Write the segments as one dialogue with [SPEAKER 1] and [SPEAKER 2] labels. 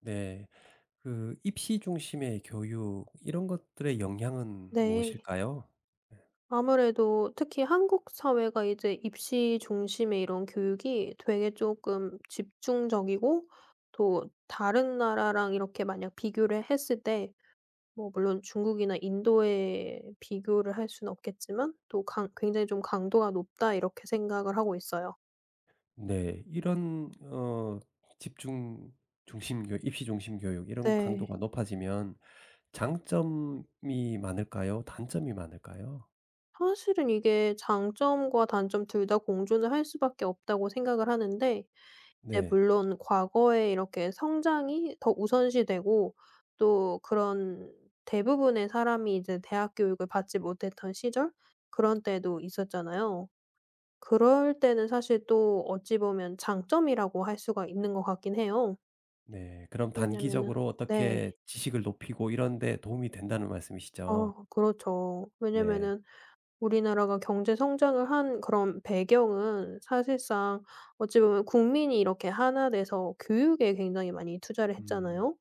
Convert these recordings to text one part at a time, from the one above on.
[SPEAKER 1] 네. 그 입시 중심의 교육 이런 것들의 영향은
[SPEAKER 2] 네.
[SPEAKER 1] 무엇일까요?
[SPEAKER 2] 아무래도 특히 한국 사회가 이제 입시 중심의 이런 교육이 되게 조금 집중적이고, 또 다른 나라랑 이렇게 만약 비교를 했을 때, 뭐 물론 중국이나 인도에 비교를 할 수는 없겠지만 또 강 굉장히 좀 '강도가 높다.' 이렇게 생각을 하고 있어요.
[SPEAKER 1] 네. 이런 어 집중 중심 교육, 입시 중심 교육 이런
[SPEAKER 2] 네.
[SPEAKER 1] 강도가 높아지면 장점이 많을까요? 단점이 많을까요?
[SPEAKER 2] 사실은 이게 장점과 단점 둘 다 공존을 할 수밖에 없다고 생각을 하는데, 이제
[SPEAKER 1] 네.
[SPEAKER 2] 물론 과거에 이렇게 성장이 더 우선시되고, 또 그런, 대부분의 사람이 이제 대학 교육을 받지 못했던 시절, 그런 때도 있었잖아요. 그럴 때는 사실 또 어찌 보면 장점이라고 할 수가 있는 것 같긴 해요.
[SPEAKER 1] 네. 그럼
[SPEAKER 2] 왜냐면은
[SPEAKER 1] 단기적으로
[SPEAKER 2] 네.
[SPEAKER 1] 어떻게 지식을 높이고 이런 데 도움이 된다는 말씀이시죠?
[SPEAKER 2] 어 그렇죠.
[SPEAKER 1] 네.
[SPEAKER 2] 왜냐면은 우리나라가 경제 성장을 한 그런 배경은, 사실상 어찌 보면 국민이 이렇게 하나 돼서 교육에 굉장히 많이 투자를
[SPEAKER 1] 음.
[SPEAKER 2] 했잖아요.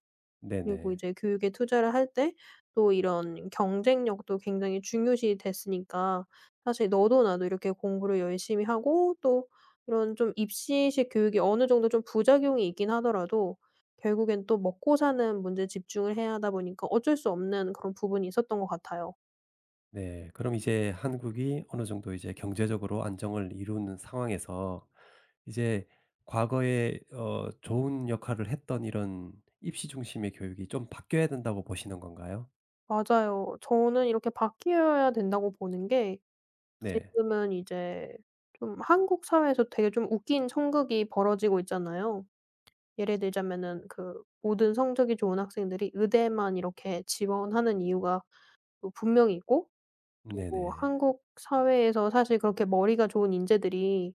[SPEAKER 2] 그리고
[SPEAKER 1] 네네.
[SPEAKER 2] 이제 교육에 투자를 할 때 또 이런 경쟁력도 굉장히 중요시 됐으니까, 사실 너도 나도 이렇게 공부를 열심히 하고, 또 이런 좀 입시식 교육이 어느 정도 좀 부작용이 있긴 하더라도 결국엔 또 먹고 사는 문제에 집중을 해야 하다 보니까 어쩔 수 없는 그런 부분이 있었던 것 같아요.
[SPEAKER 1] 네. 그럼 이제 한국이 어느 정도 이제 경제적으로 안정을 이루는 상황에서 이제 과거에 좋은 역할을 했던 이런 입시 중심의 교육이 좀 바뀌어야 된다고 보시는 건가요?
[SPEAKER 2] 맞아요. 저는 이렇게 바뀌어야 된다고 보는 게,
[SPEAKER 1] 네.
[SPEAKER 2] 지금은 이제 좀 한국 사회에서 되게 좀 웃긴 천극이 벌어지고 있잖아요. 예를 들자면은, 그 모든 성적이 좋은 학생들이 의대만 이렇게 지원하는 이유가 또 분명히 있고, 또
[SPEAKER 1] 네네.
[SPEAKER 2] 한국 사회에서 사실 그렇게 머리가 좋은 인재들이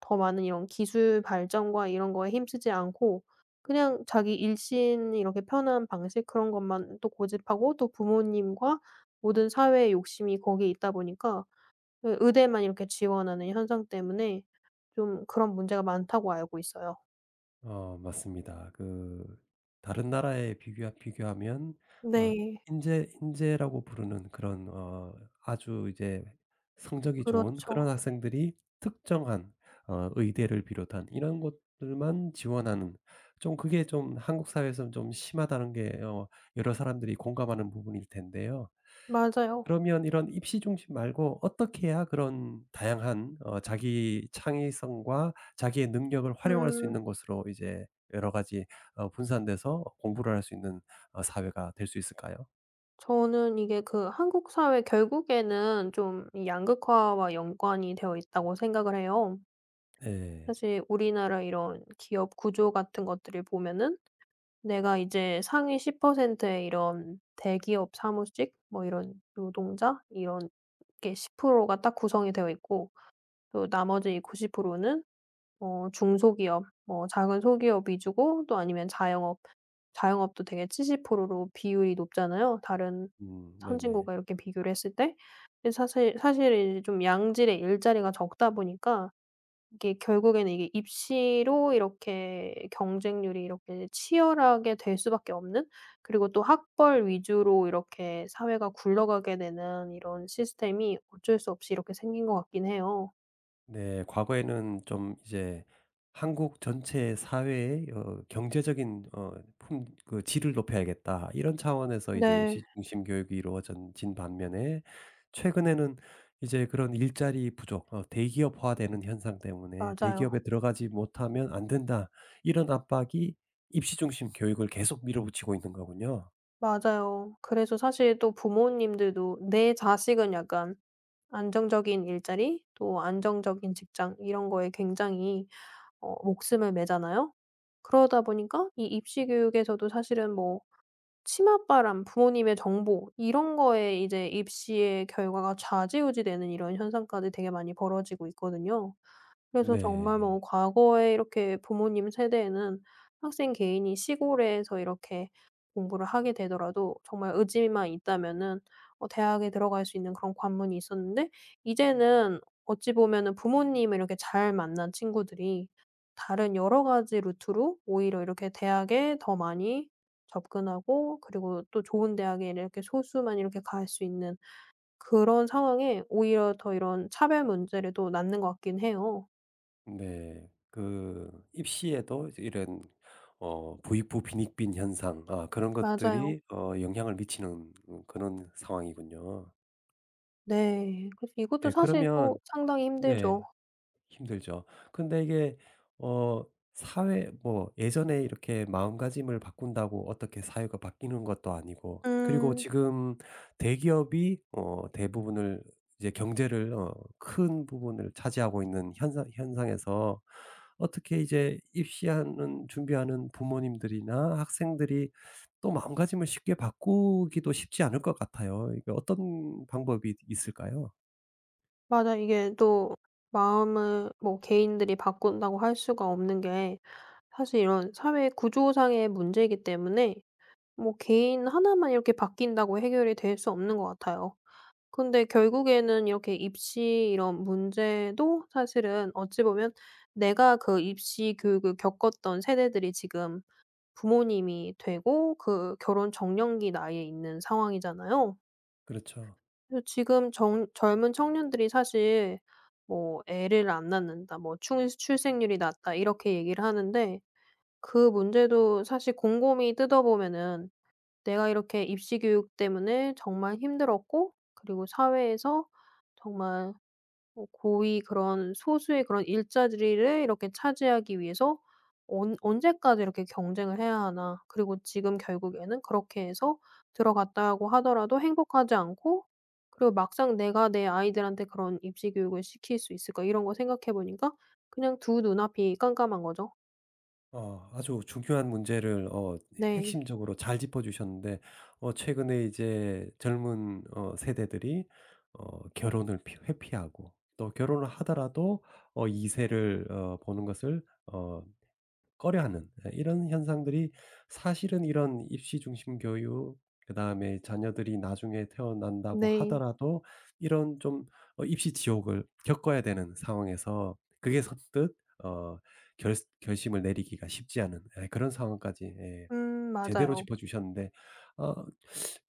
[SPEAKER 2] 더 많은 이런 기술 발전과 이런 거에 힘쓰지 않고 그냥 자기 일신 이렇게 편한 방식 그런 것만 또 고집하고, 또 부모님과 모든 사회의 욕심이 거기에 있다 보니까 그 의대만 이렇게 지원하는 현상 때문에 좀 그런 문제가 많다고 알고 있어요.
[SPEAKER 1] 맞습니다. 그 다른 나라에 비교하면 어
[SPEAKER 2] 네.
[SPEAKER 1] 인재라고 부르는 그런 아주 이제 성적이 좋은 그런
[SPEAKER 2] 그렇죠.
[SPEAKER 1] 학생들이 특정한 의대를 비롯한 이런 곳들만 지원하는, 좀 그게 좀 한국 사회에서는 좀 심하다는 게 여러 사람들이 공감하는 부분일 텐데요.
[SPEAKER 2] 맞아요.
[SPEAKER 1] 그러면 이런 입시 중심 말고 어떻게 해야 그런 다양한 자기 창의성과 자기의 능력을 활용할 수
[SPEAKER 2] 음.
[SPEAKER 1] 있는 것으로 이제 여러 가지 분산돼서 공부를 할 수 있는 사회가 될 수 있을까요?
[SPEAKER 2] 저는 이게 그 한국 사회 결국에는 좀이 양극화와 연관이 되어 있다고 생각을 해요.
[SPEAKER 1] 네,
[SPEAKER 2] 사실 우리나라 이런 기업 구조 같은 것들을 보면은, 내가 이제 상위 10%의 이런 대기업 사무직, 뭐 이런 노동자, 이런 게 10%가 딱 구성이 되어 있고, 또 나머지 90%는 어 중소기업, 뭐 작은 소기업 위주고, 또 아니면 자영업. 자영업도 되게 70%로 비율이 높잖아요, 다른
[SPEAKER 1] 네네.
[SPEAKER 2] 선진국과 이렇게 비교를 했을 때. 근데 사실 이제 좀 양질의 일자리가 적다 보니까, 이게 결국에는, 이게 입시로 이렇게 경쟁률이 이렇게 치열하게 될 수밖에 없는, 그리고 또 학벌 위주로 이렇게 사회가 굴러가게 되는 이런 시스템이 어쩔 수 없이 이렇게 생긴 것 같긴 해요.
[SPEAKER 1] 네. 과거에는 좀 이제 한국 전체 사회의 경제적인 어 품 그 질을 높여야겠다 이런 차원에서 이제 입시
[SPEAKER 2] 네.
[SPEAKER 1] 중심 교육이 이루어진 반면에, 최근에는 이제 그런 일자리 부족, 대기업화되는 현상 때문에
[SPEAKER 2] 맞아요.
[SPEAKER 1] '대기업에 들어가지 못하면 안 된다.' 이런 압박이 입시 중심 교육을 계속 밀어붙이고 있는 거군요.
[SPEAKER 2] 맞아요. 그래서 사실 또 부모님들도 내 자식은 약간 안정적인 일자리, 또 안정적인 직장 이런 거에 굉장히 목숨을 매잖아요. 그러다 보니까 이 입시 교육에서도 사실은 뭐 치맛바람, 부모님의 정보 이런 거에 이제 입시의 결과가 좌지우지되는 이런 현상까지 되게 많이 벌어지고 있거든요. 그래서 정말,
[SPEAKER 1] 네.
[SPEAKER 2] 뭐 과거에 이렇게 부모님 세대에는 학생 개인이 시골에서 이렇게 공부를 하게 되더라도 정말 의지만 있다면은 대학에 들어갈 수 있는 그런 관문이 있었는데, 이제는 어찌 보면은 부모님을 이렇게 잘 만난 친구들이 다른 여러 가지 루트로 오히려 이렇게 대학에 더 많이 접근하고, 그리고 또 좋은 대학에 이렇게 소수만 이렇게 갈 수 있는 그런 상황에 오히려 더 이런 차별 문제를 또 낳는 것 같긴 해요.
[SPEAKER 1] 네. 그 입시에도 이제 이런 부익부 빈익빈 현상, 그런
[SPEAKER 2] 맞아요.
[SPEAKER 1] 것들이 영향을 미치는 그런 상황이군요.
[SPEAKER 2] 네. 그래서 이것도
[SPEAKER 1] 네
[SPEAKER 2] 사실 또
[SPEAKER 1] 그러면
[SPEAKER 2] 상당히 힘들죠.
[SPEAKER 1] 네. 힘들죠. 근데 이게 어 사회, 뭐 예전에 이렇게 마음가짐을 바꾼다고 어떻게 사회가 바뀌는 것도 아니고, 그리고
[SPEAKER 2] 음.
[SPEAKER 1] 지금 대기업이 대부분을, 이제 경제를 큰 부분을 차지하고 있는 현상에서 어떻게 이제 입시하는 준비하는 부모님들이나 학생들이 또 마음가짐을 쉽게 바꾸기도 쉽지 않을 것 같아요. 이게 어떤 방법이 있을까요?
[SPEAKER 2] 맞아, 이게 또 마음을 뭐 개인들이 바꾼다고 할 수가 없는 게, 사실 이런 사회 구조상의 문제이기 때문에, 뭐 개인 하나만 이렇게 바뀐다고 해결이 될 수 없는 것 같아요. 근데 결국에는 이렇게 입시, 이런 문제도 사실은 어찌 보면, 내가 그 입시 교육을 겪었던 세대들이 지금 부모님이 되고, 그 결혼 적령기 나이에 있는 상황이잖아요.
[SPEAKER 1] 그렇죠.
[SPEAKER 2] 그래서 지금 정 젊은 청년들이 사실, 뭐 "애를 안 낳는다." 뭐 "출 출생률이 낮다." 이렇게 얘기를 하는데, 그 문제도 사실 곰곰이 뜯어보면은, 내가 이렇게 입시 교육 때문에 정말 힘들었고, 그리고 사회에서 정말 고위 그런 소수의 그런 일자리를 이렇게 차지하기 위해서 언 '언제까지 이렇게 경쟁을 해야 하나.' 그리고 지금 결국에는 그렇게 해서 들어갔다고 하더라도 행복하지 않고, 그리고 막상 '내가 내 아이들한테 그런 입시 교육을 시킬 수 있을까?' 이런 거 생각해 보니까 그냥 두 눈앞이 깜깜한 거죠.
[SPEAKER 1] 아주 중요한 문제를
[SPEAKER 2] 네.
[SPEAKER 1] 핵심적으로 잘 짚어 주셨는데, 최근에 이제 젊은 세대들이 결혼을 피 회피하고, 또 결혼을 하더라도 2세 세를 보는 것을 꺼려하는, 예, 이런 현상들이 사실은 이런 입시 중심 교육, 그다음에 자녀들이 나중에 태어난다고
[SPEAKER 2] 네.
[SPEAKER 1] 하더라도 이런 좀 입시 지옥을 겪어야 되는 상황에서 그게 선뜻 어 결 결심을 내리기가 쉽지 않은, 예, 그런 상황까지 예
[SPEAKER 2] 음,
[SPEAKER 1] 제대로
[SPEAKER 2] 맞아요.
[SPEAKER 1] 짚어주셨는데, 어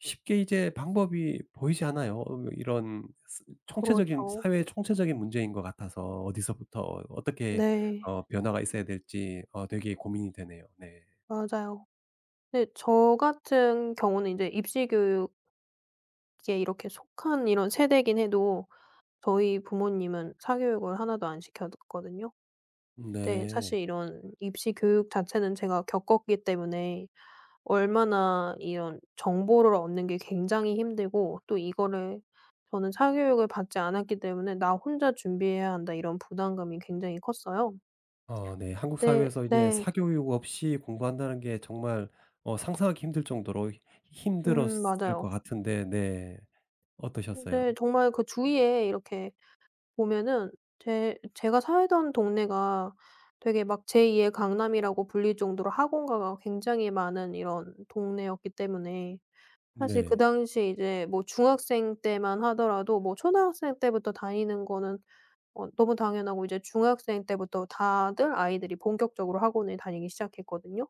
[SPEAKER 1] 쉽게 이제 방법이 보이지 않아요. 이런 스 총체적인
[SPEAKER 2] 그렇죠.
[SPEAKER 1] 사회의 총체적인 문제인 것 같아서 어디서부터 어떻게
[SPEAKER 2] 네.
[SPEAKER 1] 변화가 있어야 될지 되게 고민이 되네요. 네.
[SPEAKER 2] 맞아요. 근데 저 같은 경우는 이제 입시 교육 이게 이렇게 속한 이런 세대이긴 해도, 저희 부모님은 사교육을 하나도 안 시켰거든요. 근데
[SPEAKER 1] 네.
[SPEAKER 2] 사실 이런 입시 교육 자체는 제가 겪었기 때문에, 얼마나 이런 정보를 얻는 게 굉장히 힘들고, 또 이거를, 저는 사교육을 받지 않았기 때문에 '나 혼자 준비해야 한다.' 이런 부담감이 굉장히 컸어요.
[SPEAKER 1] 어. 네. 한국
[SPEAKER 2] 네.
[SPEAKER 1] 사회에서 이제
[SPEAKER 2] 네.
[SPEAKER 1] 사교육 없이 공부한다는 게 정말 상상하기 힘들 정도로 히
[SPEAKER 2] 음,
[SPEAKER 1] 힘들었을 것
[SPEAKER 2] 맞아요.
[SPEAKER 1] 같은데 네. 어떠셨어요?
[SPEAKER 2] 근데 정말 그 주위에 이렇게 보면은, 제 제가 살던 동네가 되게 막 제2의 강남이라고 불릴 정도로 학원가가 굉장히 많은 이런 동네였기 때문에, 사실 그
[SPEAKER 1] 네.
[SPEAKER 2] 당시 이제, 뭐 중학생 때만 하더라도, 뭐 초등학생 때부터 다니는 거는 너무 당연하고, 이제 중학생 때부터 다들 아이들이 본격적으로 학원을 다니기 시작했거든요.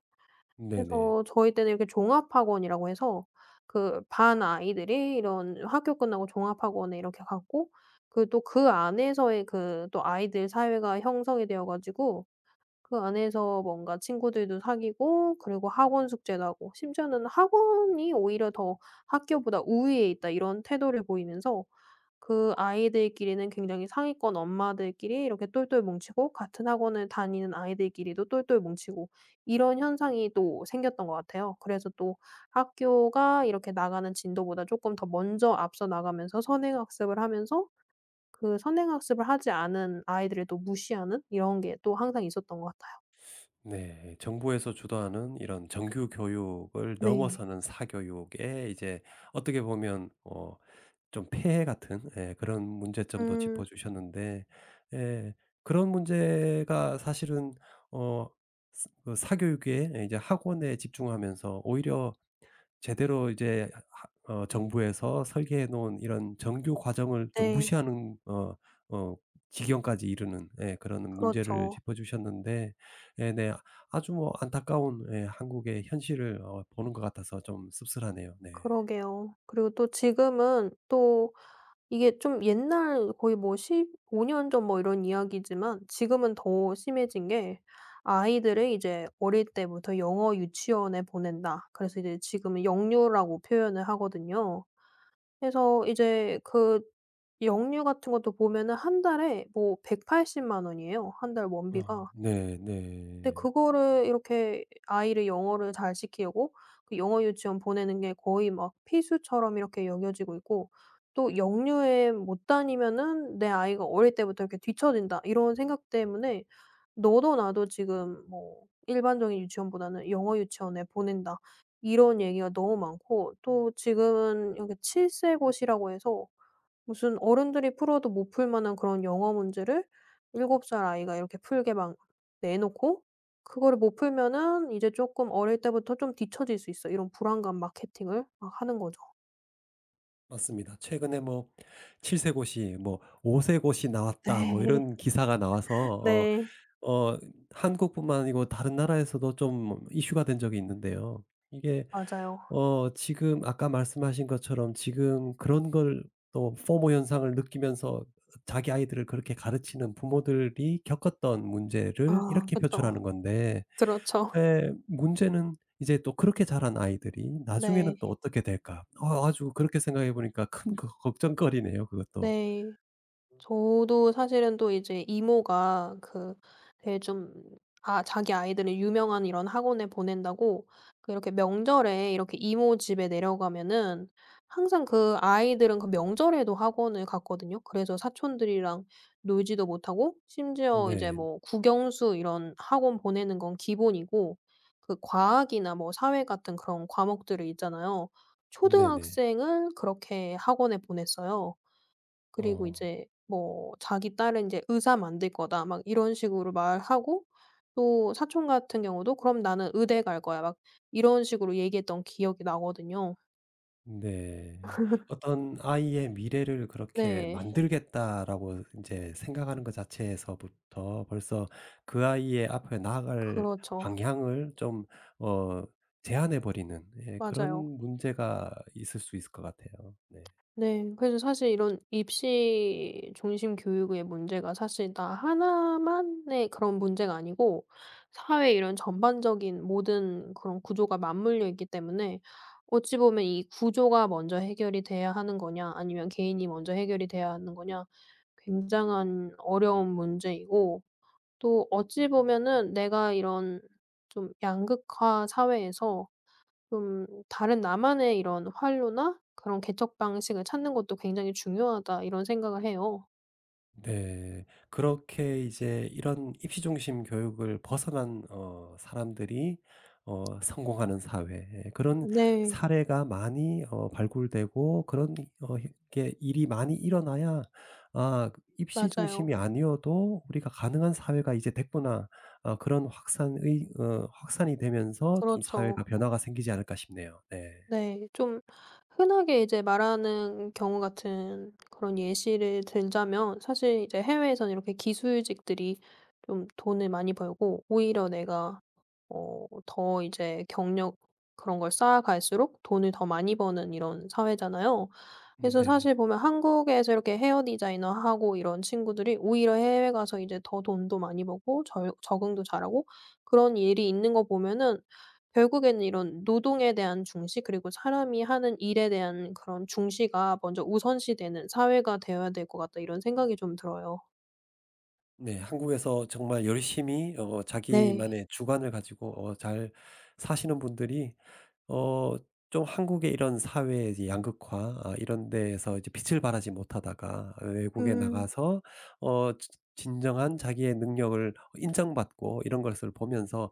[SPEAKER 1] 네네.
[SPEAKER 2] 그래서 저희 때는 이렇게 종합학원이라고 해서, 그 반 아이들이 이런 학교 끝나고 종합학원에 이렇게 갔고, 그 또 그 안에서의 그 또 아이들 사회가 형성이 되어 가지고 그 안에서 뭔가 친구들도 사귀고, 그리고 학원 숙제도 하고, 심지어는 학원이 오히려 더 학교보다 우위에 있다 이런 태도를 보이면서, 그 아이들끼리는 굉장히 상위권 엄마들끼리 이렇게 똘똘 뭉치고, 같은 학원을 다니는 아이들끼리도 똘똘 뭉치고, 이런 현상이 또 생겼던 것 같아요. 그래서 또 학교가 이렇게 나가는 진도보다 조금 더 먼저 앞서 나가면서 선행학습을 하면서, 그 선행학습을 하지 않은 아이들을 또 무시하는 이런 게 또 항상 있었던 것 같아요.
[SPEAKER 1] 네. 정부에서 주도하는 이런 정규 교육을
[SPEAKER 2] 네.
[SPEAKER 1] 넘어서는 사교육에 이제 어떻게 보면 좀 폐해 같은, 예, 그런 문제점도 짚어
[SPEAKER 2] 음.
[SPEAKER 1] 주셨는데, 예, 그런 문제가 사실은 어 스 그 사교육에, 예, 이제 학원에 집중하면서 오히려 제대로 이제 하 어 정부에서 설계해 놓은 이런 정규 과정을 좀
[SPEAKER 2] 네.
[SPEAKER 1] 무시하는 어 지경까지 이르는, 예, 그런 문제를
[SPEAKER 2] 그렇죠.
[SPEAKER 1] 짚어 주셨는데, 예 네, 아주 뭐 안타까운, 예, 한국의 현실을 보는 것 같아서 좀 씁쓸하네요. 네.
[SPEAKER 2] 그러게요. 그리고 또 지금은 또 이게 좀 옛날 거의, 뭐 15년 전, 뭐 이런 이야기지만 지금은 더 심해진 게, 아이들을 이제 어릴 때부터 영어 유치원에 보낸다. 그래서 이제 지금은 영유라고 표현을 하거든요. 그래서 이제 그 영유 같은 것도 보면은 한 달에 뭐 180만 원이에요, 한 달 원비가.
[SPEAKER 1] 네
[SPEAKER 2] 근데
[SPEAKER 1] 네.
[SPEAKER 2] 그거를 이렇게 아이를 영어를 잘 시키려고 그 영어 유치원 보내는 게 거의 막 필수처럼 이렇게 여겨지고 있고, 또 영유에 못 다니면은 '내 아이가 어릴 때부터 이렇게 뒤처진다.' 이런 생각 때문에 너도 나도 지금 뭐 "일반적인 유치원보다는 영어 유치원에 보낸다." 이런 얘기가 너무 많고, 또 지금은 여기 7세 곳이라고 해서 무슨 어른들이 풀어도 못 풀 만한 그런 영어 문제를 7살 아이가 이렇게 풀게 막 내놓고, 그거를 못 풀면은 '이제 쪼끔 어릴 때부터 좀 뒤처질 수 있어.' 이런 불안감 마케팅을 막 하는 거죠.
[SPEAKER 1] 맞습니다. 최근에 뭐 7세 세 고시 뭐 5세 세 고시 나왔다 뭐
[SPEAKER 2] 네.
[SPEAKER 1] 이런 기사가 나와서
[SPEAKER 2] 네.
[SPEAKER 1] 어 한국뿐만 아니고 다른 나라에서도 좀 이슈가 된 적이 있는데요. 이게
[SPEAKER 2] 맞아요.
[SPEAKER 1] 지금 아까 말씀하신 것처럼 지금 그런 걸 또 포모 현상을 느끼면서 자기 아이들을 그렇게 가르치는 부모들이 겪었던 문제를
[SPEAKER 2] 아
[SPEAKER 1] 이렇게
[SPEAKER 2] 그쵸.
[SPEAKER 1] 표출하는 건데,
[SPEAKER 2] 그렇죠.
[SPEAKER 1] 문제는 이제 또 그렇게 자란 아이들이 나중에는
[SPEAKER 2] 네.
[SPEAKER 1] 또 어떻게 될까? 아주 그렇게 생각해 보니까 큰 거 걱정거리네요, 그것도.
[SPEAKER 2] 네. 저도 사실은 또 이제 이모가 그 되게 좀 자기 아이들을 유명한 이런 학원에 보낸다고, 그 이렇게 명절에 이렇게 이모 집에 내려가면은 항상 그 아이들은 그 명절에도 학원을 갔거든요. 그래서 사촌들이랑 놀지도 못하고, 심지어 이제
[SPEAKER 1] 네.
[SPEAKER 2] 뭐 국영수 이런 학원 보내는 건 기본이고, 그 과학이나 뭐 사회 같은 그런 과목들을 있잖아요.
[SPEAKER 1] 네네.
[SPEAKER 2] 초등학생을 그렇게 학원에 보냈어요. 그리고
[SPEAKER 1] 어.
[SPEAKER 2] 이제 뭐 자기 딸은 이제 "의사 만들 거다." 막 이런 식으로 말하고, 또 사촌 같은 경우도 "그럼 나는 의대 갈 거야." 막 이런 식으로 얘기했던 기억이 나거든요.
[SPEAKER 1] 네. 어떤 아이의 미래를 그렇게
[SPEAKER 2] 네.
[SPEAKER 1] 만들겠다라고 이제 생각하는 것 자체에서부터 벌써 그 아이의 앞으로 나아갈
[SPEAKER 2] 그렇죠.
[SPEAKER 1] 방향을 좀 어 제한해 버리는, 예,
[SPEAKER 2] 맞아요.
[SPEAKER 1] 그런 문제가 있을 수 있을 것 같아요. 네.
[SPEAKER 2] 네. 그래서 사실 이런 입시 중심 교육의 문제가 사실 나 하나만의 그런 문제가 아니고 사회 이런 전반적인 모든 그런 구조가 맞물려 있기 때문에, 어찌 보면 이 구조가 먼저 해결이 돼야 하는 거냐 아니면 개인이 먼저 해결이 돼야 하는 거냐, 굉장한 어려운 문제이고, 또 어찌 보면은 내가 이런 좀 양극화 사회에서 좀 다른 나만의 이런 활로나 그런 개척 방식을 찾는 것도 굉장히 중요하다 이런 생각을 해요.
[SPEAKER 1] 네. 그렇게 이제 이런 입시 중심 교육을 벗어난 사람들이 성공하는 사회, 예, 그런
[SPEAKER 2] 네.
[SPEAKER 1] 사례가 많이 발굴되고 그런 어 게, 일이 많이 일어나야 '아 그 입시
[SPEAKER 2] 맞아요.
[SPEAKER 1] 중심이 아니어도 우리가 가능한 사회가 이제 됐구나.' 그런 확산의 어 확산이 되면서 좀
[SPEAKER 2] 그렇죠.
[SPEAKER 1] 사회가 변화가 생기지 않을까 싶네요. 네.
[SPEAKER 2] 네. 좀 흔하게 이제 말하는 경우 같은 그런 예시를 들자면, 사실 이제 해외에서는 이렇게 기술직들이 좀 돈을 많이 벌고, 오히려 내가 더 이제 경력, 그런 걸 쌓아갈수록 돈을 더 많이 버는 이런 사회잖아요. 그래서
[SPEAKER 1] 네네.
[SPEAKER 2] 사실 보면 한국에서 이렇게 헤어 디자이너 하고 이런 친구들이 오히려 해외 가서 이제 더 돈도 많이 벌고 절 적응도 잘하고, 그런 일이 있는 거 보면은, 결국에는 이런 노동에 대한 중시, 그리고 사람이 하는 일에 대한 그런 중시가 먼저 우선시되는 사회가 되어야 될 것 같다 이런 생각이 좀 들어요.
[SPEAKER 1] 네. 한국에서 정말 열심히
[SPEAKER 2] 네.
[SPEAKER 1] 자기만의 주관을 가지고 잘 사시는 분들이 어 좀 한국의 이런 사회의 이제 양극화, 이런 데에서 이제 빛을 발하지 못하다가 외국에
[SPEAKER 2] 음.
[SPEAKER 1] 나가서 어 지 진정한 자기의 능력을 인정받고 이런 것을 보면서,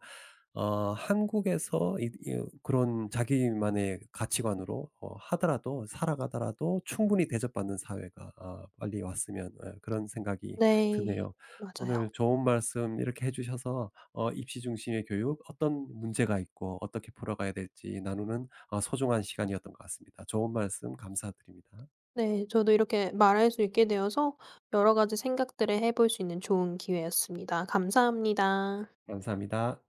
[SPEAKER 1] 한국에서 이 그런 자기만의 가치관으로 어 하더라도 살아가더라도 충분히 대접받는 사회가 빨리 왔으면, 그런 생각이
[SPEAKER 2] 네.
[SPEAKER 1] 드네요. 오늘
[SPEAKER 2] 맞아요.
[SPEAKER 1] 좋은 말씀 이렇게 해 주셔서 입시 중심의 교육, 어떤 문제가 있고 어떻게 풀어가야 될지 나누는 소중한 시간이었던 것 같습니다. 좋은 말씀 감사드립니다.
[SPEAKER 2] 네. 저도 이렇게 말할 수 있게 되어서 여러 가지 생각들을 해볼 수 있는 좋은 기회였습니다. 감사합니다.
[SPEAKER 1] 감사합니다.